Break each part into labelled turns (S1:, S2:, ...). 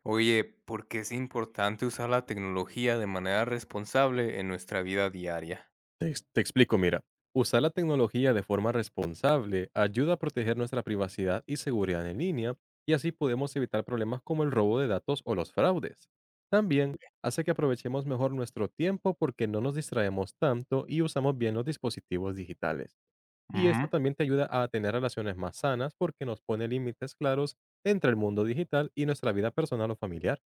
S1: Oye, ¿por qué es importante usar la tecnología de manera responsable en nuestra vida diaria?
S2: Te explico, mira. Usar la tecnología de forma responsable ayuda a proteger nuestra privacidad y seguridad en línea, y así podemos evitar problemas como el robo de datos o los fraudes. También hace que aprovechemos mejor nuestro tiempo, porque no nos distraemos tanto y usamos bien los dispositivos digitales. Y esto
S1: Ujú.
S2: también te ayuda a tener relaciones más sanas, porque nos pone límites claros entre el mundo digital y nuestra vida personal o familiar.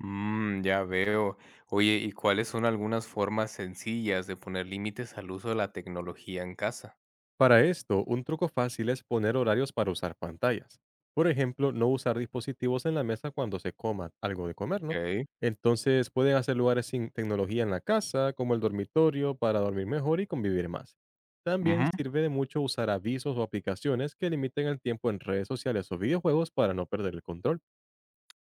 S1: Mm, ya veo. Oye, ¿y cuáles son algunas formas sencillas de poner límites al uso de la tecnología en casa?
S2: Para esto, un truco fácil es poner horarios para usar pantallas. Por ejemplo, no usar dispositivos en la mesa cuando se coma algo de comer, ¿no?
S1: Ok.
S2: Entonces pueden hacer lugares sin tecnología en la casa, como el dormitorio, para dormir mejor y convivir más. También
S1: Ujú.
S2: sirve de mucho usar avisos o aplicaciones que limiten el tiempo en redes sociales o videojuegos para no perder el control.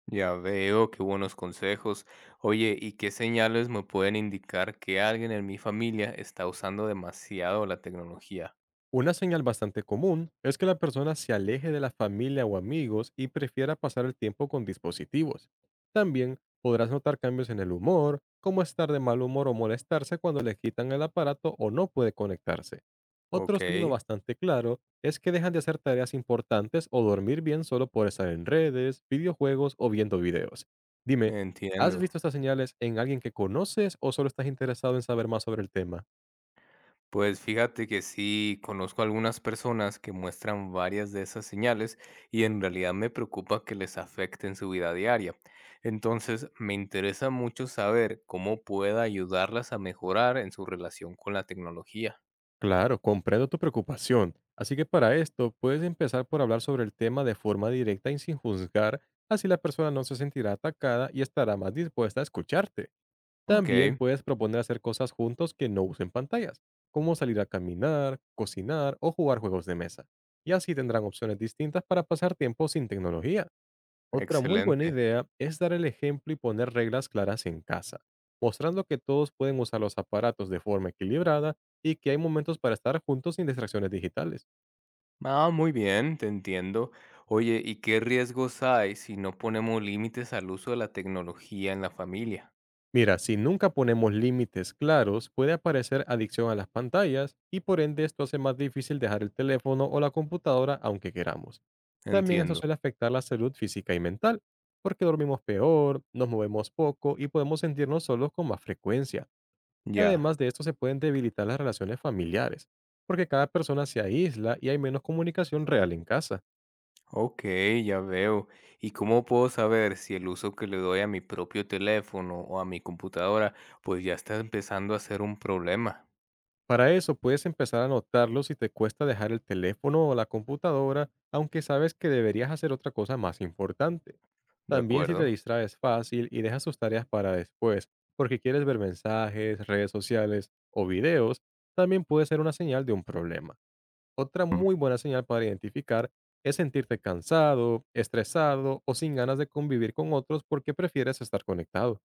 S1: Ya veo, qué buenos consejos. Oye, ¿y qué señales me pueden indicar que alguien en mi familia está usando demasiado la tecnología?
S2: Una señal bastante común es que la persona se aleje de la familia o amigos y prefiera pasar el tiempo con dispositivos. También podrás notar cambios en el humor, como estar de mal humor o molestarse cuando le quitan el aparato o no puede conectarse. Otro
S1: Ok,
S2: signo bastante claro es que dejan de hacer tareas importantes o dormir bien solo por estar en redes, videojuegos o viendo videos. Dime, ¿has
S1: entiendo.
S2: visto estas señales en alguien que conoces o solo estás interesado en saber más sobre el tema?
S1: Pues fíjate que sí, conozco algunas personas que muestran varias de esas señales y en realidad me preocupa que les afecten su vida diaria. Entonces, me interesa mucho saber cómo pueda ayudarlas a mejorar en su relación con la tecnología.
S2: Claro, comprendo tu preocupación. Así que, para esto, puedes empezar por hablar sobre el tema de forma directa y sin juzgar, así la persona no se sentirá atacada y estará más dispuesta a escucharte.
S1: Ok,
S2: También puedes proponer hacer cosas juntos que no usen pantallas, como salir a caminar, cocinar o jugar juegos de mesa. Y así tendrán opciones distintas para pasar tiempo sin tecnología. Otra muy buena
S1: excelente.
S2: idea es dar el ejemplo y poner reglas claras en casa, mostrando que todos pueden usar los aparatos de forma equilibrada y que hay momentos para estar juntos sin distracciones digitales.
S1: Ah, muy bien, te entiendo. Oye, ¿y qué riesgos hay si no ponemos límites al uso de la tecnología en la familia?
S2: Mira, si nunca ponemos límites claros, puede aparecer adicción a las pantallas, y por ende esto hace más difícil dejar el teléfono o la computadora, aunque queramos. También esto
S1: Entiendo.
S2: suele afectar la salud física y mental, porque dormimos peor, nos movemos poco y podemos sentirnos solos con más frecuencia. Y,
S1: Ya.
S2: además de esto, se pueden debilitar las relaciones familiares, porque cada persona se aísla y hay menos comunicación real en casa.
S1: Ok, ya veo. ¿Y cómo puedo saber si el uso que le doy a mi propio teléfono o a mi computadora, pues ya está empezando a ser un problema?
S2: Para eso puedes empezar a notarlo si te cuesta dejar el teléfono o la computadora, aunque sabes que deberías hacer otra cosa más importante.
S1: ¿De
S2: También, si
S1: acuerdo?
S2: te distraes fácil y dejas tus tareas para después, porque quieres ver mensajes, redes sociales o videos, también puede ser una señal de un problema. Otra
S1: Mm.
S2: muy buena señal para identificar es sentirte cansado, estresado o sin ganas de convivir con otros porque prefieres estar conectado.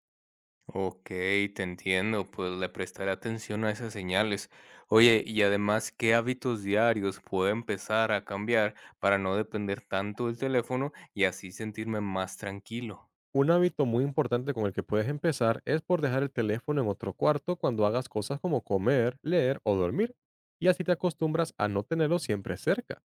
S1: Ok, te entiendo, pues le prestaré atención a esas señales. Oye, y además, ¿qué hábitos diarios puedo empezar a cambiar para no depender tanto del teléfono y así sentirme más tranquilo?
S2: Un hábito muy importante con el que puedes empezar es por dejar el teléfono en otro cuarto cuando hagas cosas como comer, leer o dormir, y así te acostumbras a no tenerlo siempre cerca.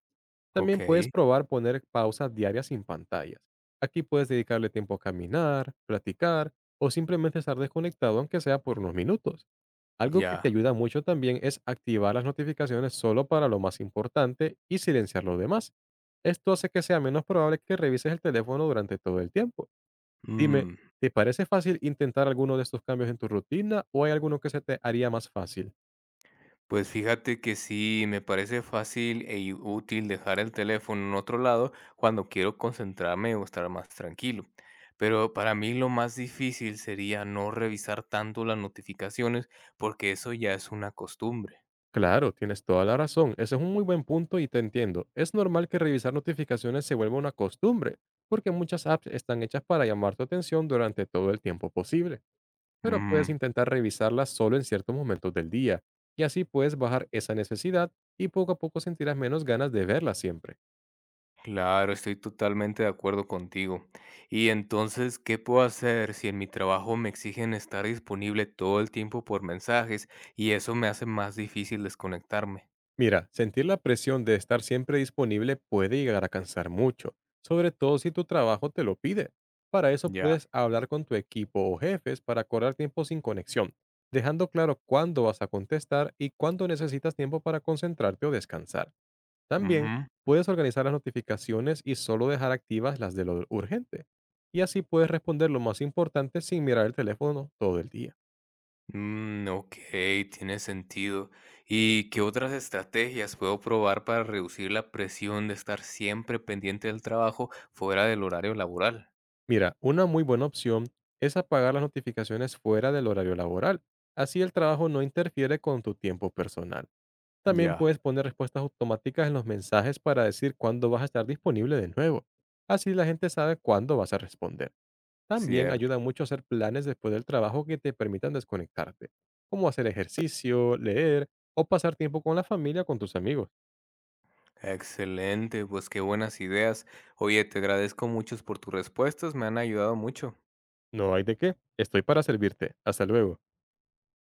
S1: Ok,
S2: También puedes probar poner pausas diarias sin pantallas. Aquí puedes dedicarle tiempo a caminar, platicar o simplemente estar desconectado, aunque sea por unos minutos. Algo que te
S1: ya.
S2: ayuda mucho también es activar las notificaciones solo para lo más importante y silenciar lo demás. Esto hace que sea menos probable que revises el teléfono durante todo el tiempo. Dime,
S1: Mm.
S2: ¿te parece fácil intentar alguno de estos cambios en tu rutina o hay alguno que se te haría más fácil?
S1: Pues fíjate que sí, me parece fácil útil dejar el teléfono en otro lado cuando quiero concentrarme o estar más tranquilo. Pero para mí lo más difícil sería no revisar tanto las notificaciones porque eso ya es una costumbre.
S2: Claro, tienes toda la razón. Ese es un muy buen punto y te entiendo. Es normal que revisar notificaciones se vuelva una costumbre, porque muchas apps están hechas para llamar tu atención durante todo el tiempo posible. Pero puedes
S1: Mm,
S2: intentar revisarlas solo en ciertos momentos del día, y así puedes bajar esa necesidad y poco a poco sentirás menos ganas de verlas siempre.
S1: claro, estoy totalmente de acuerdo contigo. Y entonces, ¿qué puedo hacer si en mi trabajo me exigen estar disponible todo el tiempo por mensajes y eso me hace más difícil desconectarme?
S2: Mira, sentir la presión de estar siempre disponible puede llegar a cansar mucho, sobre todo si tu trabajo te lo pide. Para eso
S1: Ya.
S2: puedes hablar con tu equipo o jefes para acordar tiempo sin conexión, dejando claro cuándo vas a contestar y cuándo necesitas tiempo para concentrarte o descansar. También
S1: Ujú.
S2: puedes organizar las notificaciones y solo dejar activas las de lo urgente. Y así puedes responder lo más importante sin mirar el teléfono todo el día.
S1: Mm, ok, tiene sentido. ¿Y qué otras estrategias puedo probar para reducir la presión de estar siempre pendiente del trabajo fuera del horario laboral?
S2: Mira, una muy buena opción es apagar las notificaciones fuera del horario laboral. Así el trabajo no interfiere con tu tiempo personal. También
S1: Ya,
S2: puedes poner respuestas automáticas en los mensajes para decir cuándo vas a estar disponible de nuevo. Así la gente sabe cuándo vas a responder. También
S1: cierto.
S2: ayuda mucho a hacer planes después del trabajo que te permitan desconectarte, como hacer ejercicio, leer o pasar tiempo con la familia o con tus amigos.
S1: Excelente, pues qué buenas ideas. Oye, te agradezco mucho por tus respuestas, me han ayudado mucho.
S2: No hay de qué. Estoy para servirte. Hasta luego.